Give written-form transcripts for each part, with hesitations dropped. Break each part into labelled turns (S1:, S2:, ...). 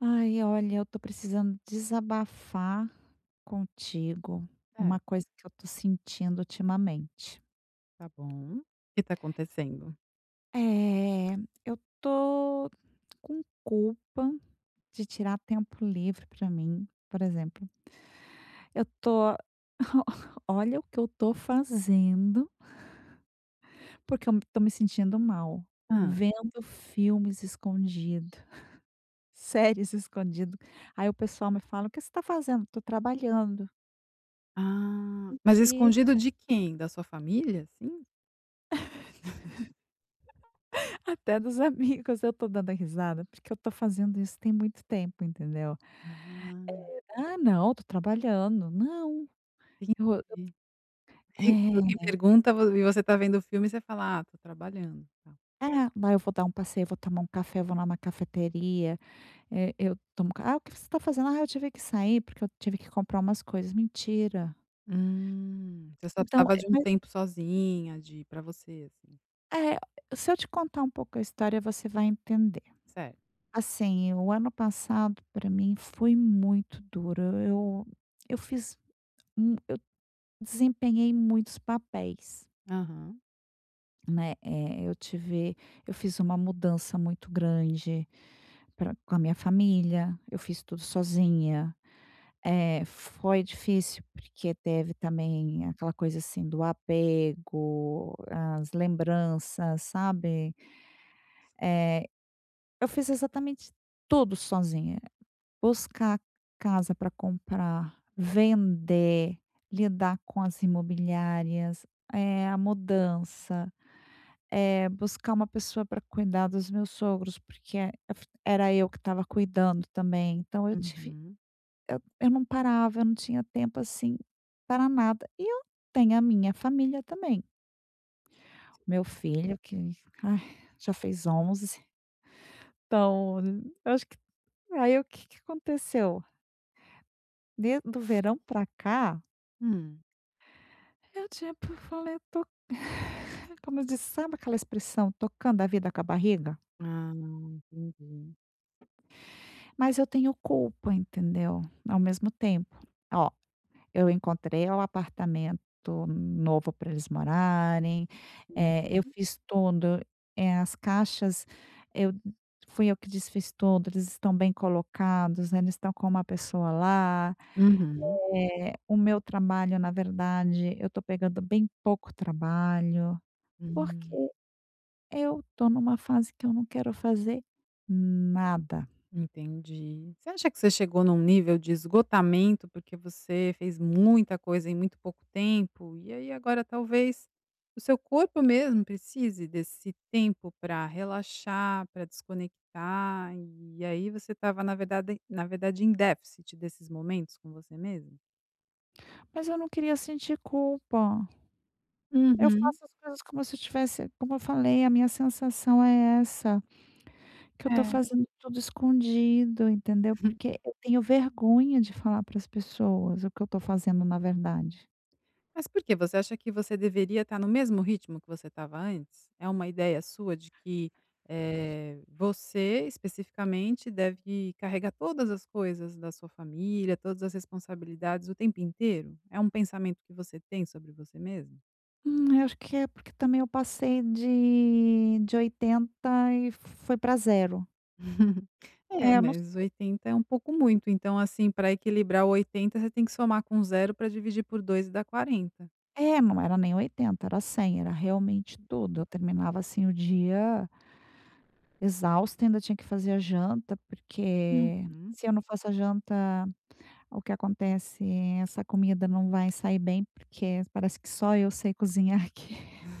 S1: Ai, olha, eu tô precisando desabafar contigo
S2: É,
S1: uma coisa que eu tô sentindo ultimamente.
S2: tá bom. O que tá acontecendo?
S1: É, eu tô com culpa de tirar tempo livre pra mim, por exemplo. Eu tô olha o que eu tô fazendo, porque eu me tô me sentindo mal,
S2: ah
S1: vendo filmes escondido, séries escondido. Aí o pessoal me fala: "O que você tá fazendo?" "Tô trabalhando".
S2: Ah, mas
S1: "Mentira".
S2: escondido de quem? Da sua família, assim?
S1: Até dos amigos eu tô dando risada, porque eu tô fazendo isso tem muito tempo, entendeu.
S2: Ah,
S1: "Ah, não, tô trabalhando". "Não,
S2: entendi.
S1: eu"
S2: E quando
S1: É,
S2: alguém pergunta vo e você tá vendo o filme, você fala: "Ah, tô trabalhando", tá.
S1: é. "Lá eu vou dar um passeio, vou tomar um café, vou lá numa cafeteria, eu tomo ca" "Ah, o que você tá fazendo?". "Ah, eu tive que sair porque eu tive que comprar umas coisas". Mentira.
S2: Você só
S1: Então,
S2: precisava de um
S1: mas
S2: tempo sozinha, de para você, assim.
S1: é, se eu te contar um pouco a história, você vai entender.
S2: Certo.
S1: Assim, o ano passado para mim foi muito duro. Eu fiz um eu desempenhei muitos papéis.
S2: Aham.
S1: Né, eu fiz uma mudança muito grande pra com a minha família, eu fiz tudo sozinha. Foi difícil, porque teve também aquela coisa, assim, do apego, as lembranças, sabe. é eu fiz exatamente tudo sozinha. Buscar casa para comprar, vender, lidar com as imobiliárias, a mudança. Buscar uma pessoa para cuidar dos meus sogros, porque era eu que estava cuidando também, então
S2: Uhum.
S1: eu não parava, eu não tinha tempo, assim, para nada. E eu tenho a minha família também. Meu filho que, ai, já fez 11, então eu acho que aí o que que aconteceu, de do verão para cá,
S2: Hum.
S1: eu tipo falei: "Eu tô", como diz, sabe aquela expressão, tocando a vida com a barriga?
S2: Ah, entendi.
S1: Mas eu tenho culpa, entendeu? Ao mesmo tempo. Ó, eu encontrei o apartamento novo para eles morarem,
S2: Sim.
S1: eu fiz tudo, as caixas eu fui eu que desfiz tudo, eles estão bem colocados, eles estão com uma pessoa lá.
S2: Uhum.
S1: O meu trabalho, na verdade, eu estou pegando bem pouco trabalho, porque
S2: Hum.
S1: eu estou numa fase que eu não quero fazer nada.
S2: Entendi. Você acha que você chegou num nível de esgotamento, porque você fez muita coisa em muito pouco tempo, e aí agora talvez o seu corpo mesmo precise desse tempo para relaxar, para desconectar, e aí você estava na verdade em déficit desses momentos com você mesmo.
S1: Mas eu não queria sentir culpa. Eu
S2: Uhum.
S1: faço as coisas como se eu tivesse como eu falei, a minha sensação é essa, que eu tô
S2: É.
S1: fazendo tudo escondido, entendeu, porque eu tenho vergonha de falar para as pessoas o que eu tô fazendo, na verdade.
S2: Mas por que você acha que você deveria estar no mesmo ritmo que você estava antes? É uma ideia sua de que, você especificamente deve carregar todas as coisas da sua família, todas as responsabilidades o tempo inteiro? É um pensamento que você tem sobre você mesmo?
S1: Eu acho que é porque também eu passei de 80 e foi para zero.
S2: É,
S1: É, eu não
S2: mas 80 é um pouco muito, então, assim, para equilibrar o 80, você tem que somar com zero para dividir por 2 e dar 40.
S1: é, não era nem 80, era 100, era realmente tudo. Eu terminava, assim, o dia exausta, ainda tinha que fazer a janta, porque
S2: Uhum.
S1: se eu não faço a janta, o que acontece, essa comida não vai sair bem, porque parece que só eu sei cozinhar aqui.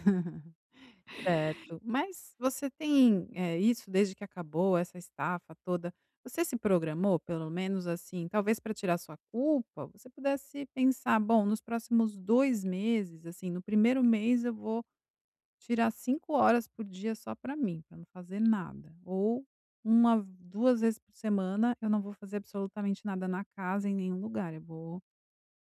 S2: Certo. Mas você tem, isso desde que acabou essa estafa toda, você se programou pelo menos assim, talvez para tirar sua culpa, você pudesse pensar: "Bom, nos próximos 2 meses, assim, no primeiro mês eu vou tirar 5 horas por dia só para mim, para não fazer nada. Ou uma 2 vezes por semana eu não vou fazer absolutamente nada na casa, em nenhum lugar, eu vou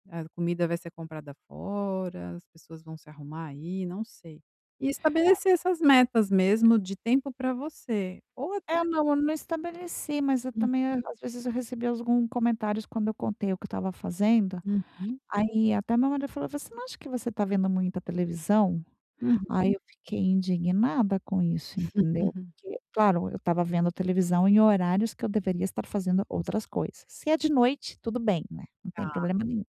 S2: a comida vai ser comprada fora, as pessoas vão se arrumar aí, não sei. E estabelecer essas metas mesmo de tempo para você, ou até
S1: É, não, eu não estabeleci, mas eu também, às vezes, eu recebi alguns comentários quando eu contei o que eu estava fazendo,
S2: Uhum, uhum,
S1: aí até meu marido falou: "Você não acha que você está vendo muita televisão?" Aí eu fiquei indignada com isso, entendeu.
S2: uhum.
S1: Porque, claro, eu estava vendo a televisão em horários que eu deveria estar fazendo outras coisas. Se é de noite, tudo bem, né, não tem
S2: Tá.
S1: problema nenhum.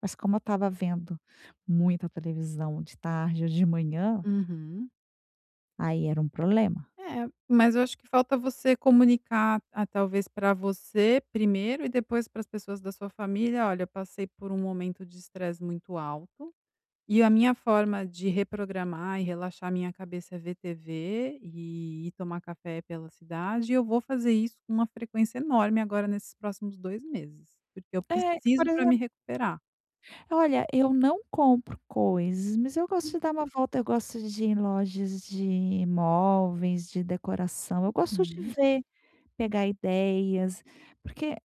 S1: Mas como eu estava vendo muita televisão de tarde ou de manhã,
S2: Uhum.
S1: aí era um problema.
S2: É, mas eu acho que falta você comunicar, talvez para você primeiro e depois para as pessoas da sua família: "Olha, eu passei por um momento de estresse muito alto". E a minha forma de reprogramar e relaxar minha cabeça é ver TV e ir tomar café pela cidade, e eu vou fazer isso com uma frequência enorme agora nesses próximos 2 meses, porque eu
S1: É, por
S2: preciso para me
S1: exemplo,
S2: recuperar.
S1: olha, eu não compro coisas, mas eu gosto de dar uma volta, eu gosto de ir em lojas de imóveis, de decoração, eu gosto de
S2: Uhum.
S1: ver, pegar ideias, porque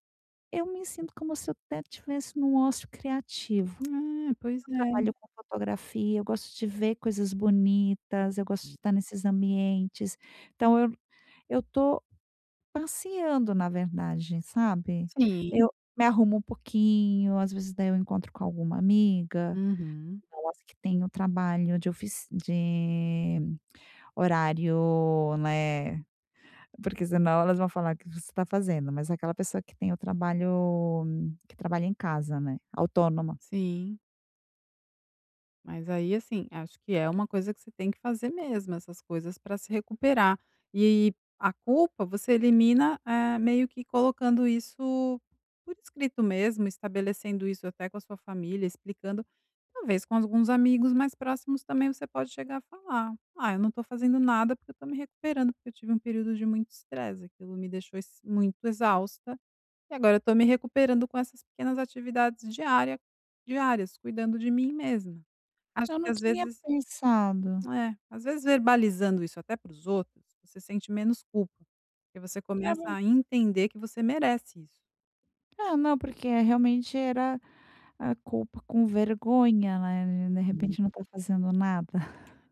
S1: eu me sinto como se eu até estivesse num ócio criativo.
S2: É, pois
S1: Eu
S2: é.
S1: trabalho com fotografia, eu gosto de ver coisas bonitas, eu gosto de estar nesses ambientes. Então eu tô passeando, na verdade, sabe.
S2: Sim.
S1: Eu me arrumo um pouquinho, às vezes daí eu encontro com alguma amiga,
S2: Uhum.
S1: não as que tem o trabalho de horário, né, porque senão elas vão falar: "O que você está fazendo?". Mas é aquela pessoa que tem o trabalho que trabalha em casa, né, autônoma.
S2: Sim. Mas aí, assim, acho que é uma coisa que você tem que fazer mesmo, essas coisas para se recuperar. E a culpa você elimina, meio que colocando isso por escrito mesmo, estabelecendo isso até com a sua família, explicando. Talvez com alguns amigos mais próximos também você pode chegar a falar: "Ah, eu não estou fazendo nada porque eu tô me recuperando, porque eu tive um período de muito estresse, aquilo me deixou ex muito exausta, e agora eu tô me recuperando com essas pequenas atividades diária diárias, cuidando de mim mesma". Acho
S1: Eu
S2: que
S1: não
S2: às
S1: tinha
S2: vezes
S1: pensado.
S2: é, às vezes verbalizando isso até para os outros, você sente menos culpa, porque você
S1: É
S2: começa
S1: ver
S2: a entender que você merece isso.
S1: não, porque realmente era a culpa com vergonha, né, de
S2: Hum.
S1: repente não tá fazendo nada.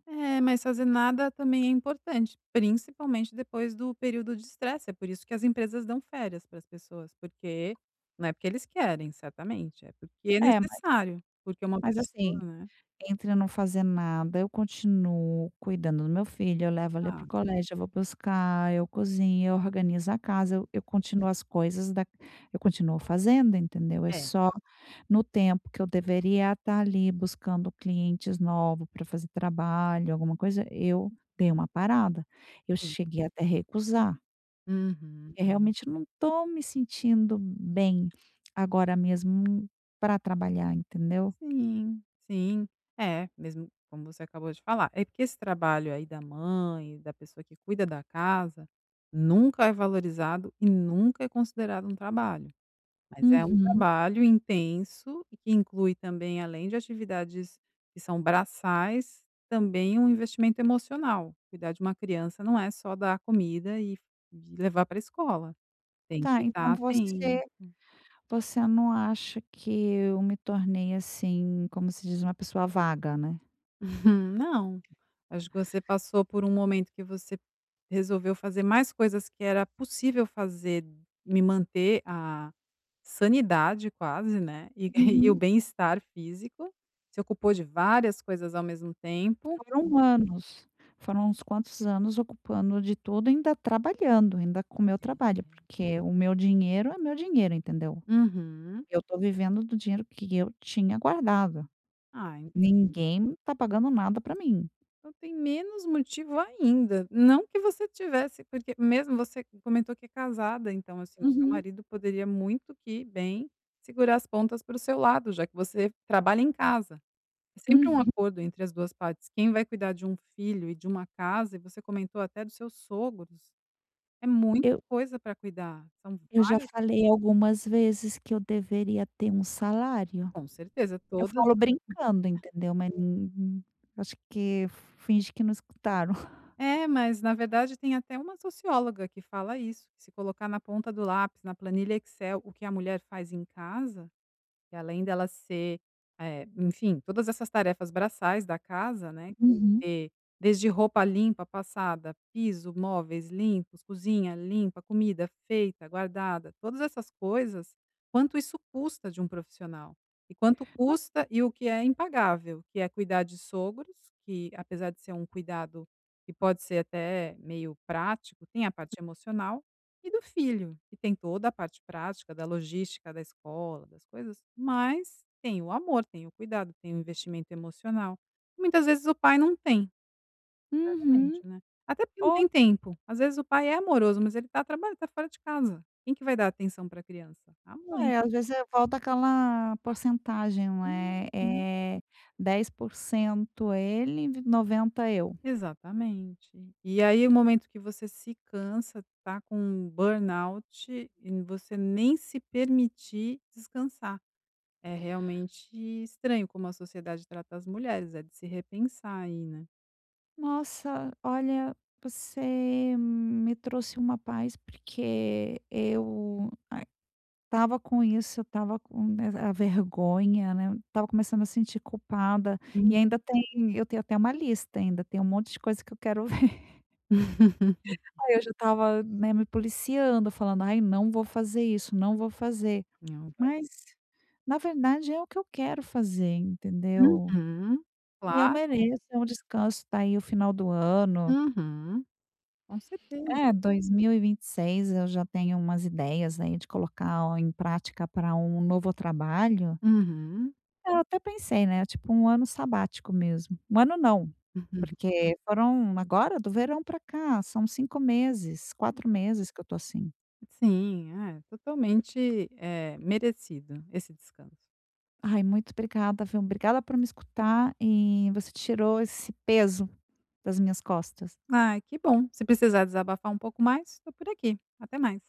S2: É, mas fazer nada também é importante, principalmente depois do período de estresse, é por isso que as empresas dão férias para as pessoas, porque não é porque eles querem, certamente, é porque é
S1: É, ma
S2: necessário, porque uma
S1: mas
S2: pessoa,
S1: assim,
S2: né,
S1: entre eu não fazer nada, eu continuo cuidando do meu filho, eu levo ele para
S2: Ah,
S1: o colégio, eu vou buscar, eu cozinho, eu organizo a casa, eu continuo as coisas da eu continuo fazendo, entendeu? É
S2: É,
S1: só no tempo que eu deveria estar ali buscando clientes novos para fazer trabalho, alguma coisa, eu dei uma parada. Eu
S2: sim.
S1: cheguei até a recusar,
S2: Uhum.
S1: eu realmente não estou me sentindo bem agora mesmo para trabalhar, entendeu?
S2: Sim, sim. É, mesmo como você acabou de falar. É porque esse trabalho aí da mãe, da pessoa que cuida da casa, nunca é valorizado e nunca é considerado um trabalho. Mas é um
S1: Uhum.
S2: trabalho intenso e que inclui também, além de atividades que são braçais, também um investimento emocional. Cuidar de uma criança não é só dar comida e levar para a escola. Tem que
S1: Tá, então
S2: estar atento.
S1: você você não acha que eu me tornei assim, como se diz, uma pessoa vaga, né.
S2: Não. Acho que você passou por um momento que você resolveu fazer mais coisas que era possível fazer, me manter a sanidade quase, né, e e o
S1: Uhum.
S2: bem-estar físico, se ocupou de várias coisas ao mesmo tempo.
S1: Foram anos, foram uns quantos anos ocupando de tudo, ainda trabalhando, ainda com o meu
S2: Uhum.
S1: trabalho, porque o meu dinheiro é meu dinheiro, entendeu.
S2: Uhum.
S1: Eu estou vivendo do dinheiro que eu tinha guardado.
S2: Ah,
S1: Ninguém está pagando nada para mim.
S2: então tem menos motivo ainda. Não que você tivesse porque mesmo você comentou que é casada, então, assim, o seu
S1: Uhum.
S2: marido poderia muito que bem segurar as pontas para o seu lado, já que você trabalha em casa. É sempre um
S1: Uhum.
S2: acordo entre as 2 partes. Quem vai cuidar de um filho e de uma casa, e você comentou até dos seus sogros, é muita
S1: Eu
S2: coisa para cuidar, são
S1: eu já
S2: várias
S1: falei algumas vezes que eu deveria ter um salário.
S2: com certeza,
S1: Eu
S2: todas
S1: falo brincando, entendeu, mas não acho que finge que não escutaram.
S2: é, mas na verdade tem até uma socióloga que fala isso, que se colocar na ponta do lápis, na planilha Excel, o que a mulher faz em casa que além dela ser, enfim, todas essas tarefas braçais da casa, né, que
S1: Uhum.
S2: ter desde roupa limpa, passada, piso, móveis limpos, cozinha limpa, comida feita, guardada, todas essas coisas, quanto isso custa de um profissional. E quanto
S1: Não.
S2: custa e o que é impagável, que é cuidar de sogros, que apesar de ser um cuidado que pode ser até meio prático, tem a parte emocional. E do filho, que tem toda a parte prática da logística da escola, das coisas, mas tem o amor, tem o cuidado, tem o investimento emocional. Muitas vezes o pai não tem, realmente,
S1: Uhum.
S2: né. Até porque não
S1: Ou
S2: tem tempo. Às vezes o pai é amoroso, mas ele tá trabalhando tá fora de casa. Quem que vai dar atenção para a criança? A mãe.
S1: é, às vezes é volta aquela porcentagem, né?
S2: Uhum.
S1: É, 10% ele, 90 eu.
S2: Exatamente. E aí o momento que você se cansa, tá com um burnout, e você nem se permitir descansar. É realmente estranho como a sociedade trata as mulheres, é de se repensar aí, né.
S1: "Nossa, olha, você me trouxe uma paz, porque eu tava com isso, eu estava com a vergonha, né, tava começando a sentir culpada,
S2: Hum.
S1: e ainda tem eu tenho até uma lista ainda, tem um monte de coisa que eu quero ver. Aí eu já tava, né, me policiando, falando: "Ai, não vou fazer isso, não vou fazer".
S2: Não vai
S1: Mas, na verdade, é o que eu quero fazer, entendeu.
S2: Uhum.
S1: E eu
S2: Claro.
S1: mereço é um descanso, tá aí o final do ano.
S2: Uhum. Com
S1: É,
S2: certeza.
S1: 2026 eu já tenho umas ideias aí de colocar em prática para um novo trabalho.
S2: Uhum.
S1: Eu até pensei, né, tipo um ano sabático mesmo. Um ano não, porque foram agora do verão pra cá, são 5 meses, 4 meses que eu tô assim.
S2: Sim, é totalmente, merecido esse descanso.
S1: Ai, muito obrigada, viu. Obrigada por me escutar e você tirou esse peso das minhas costas.
S2: Ai, que bom. Se precisar desabafar um pouco mais, estou por aqui. Até mais.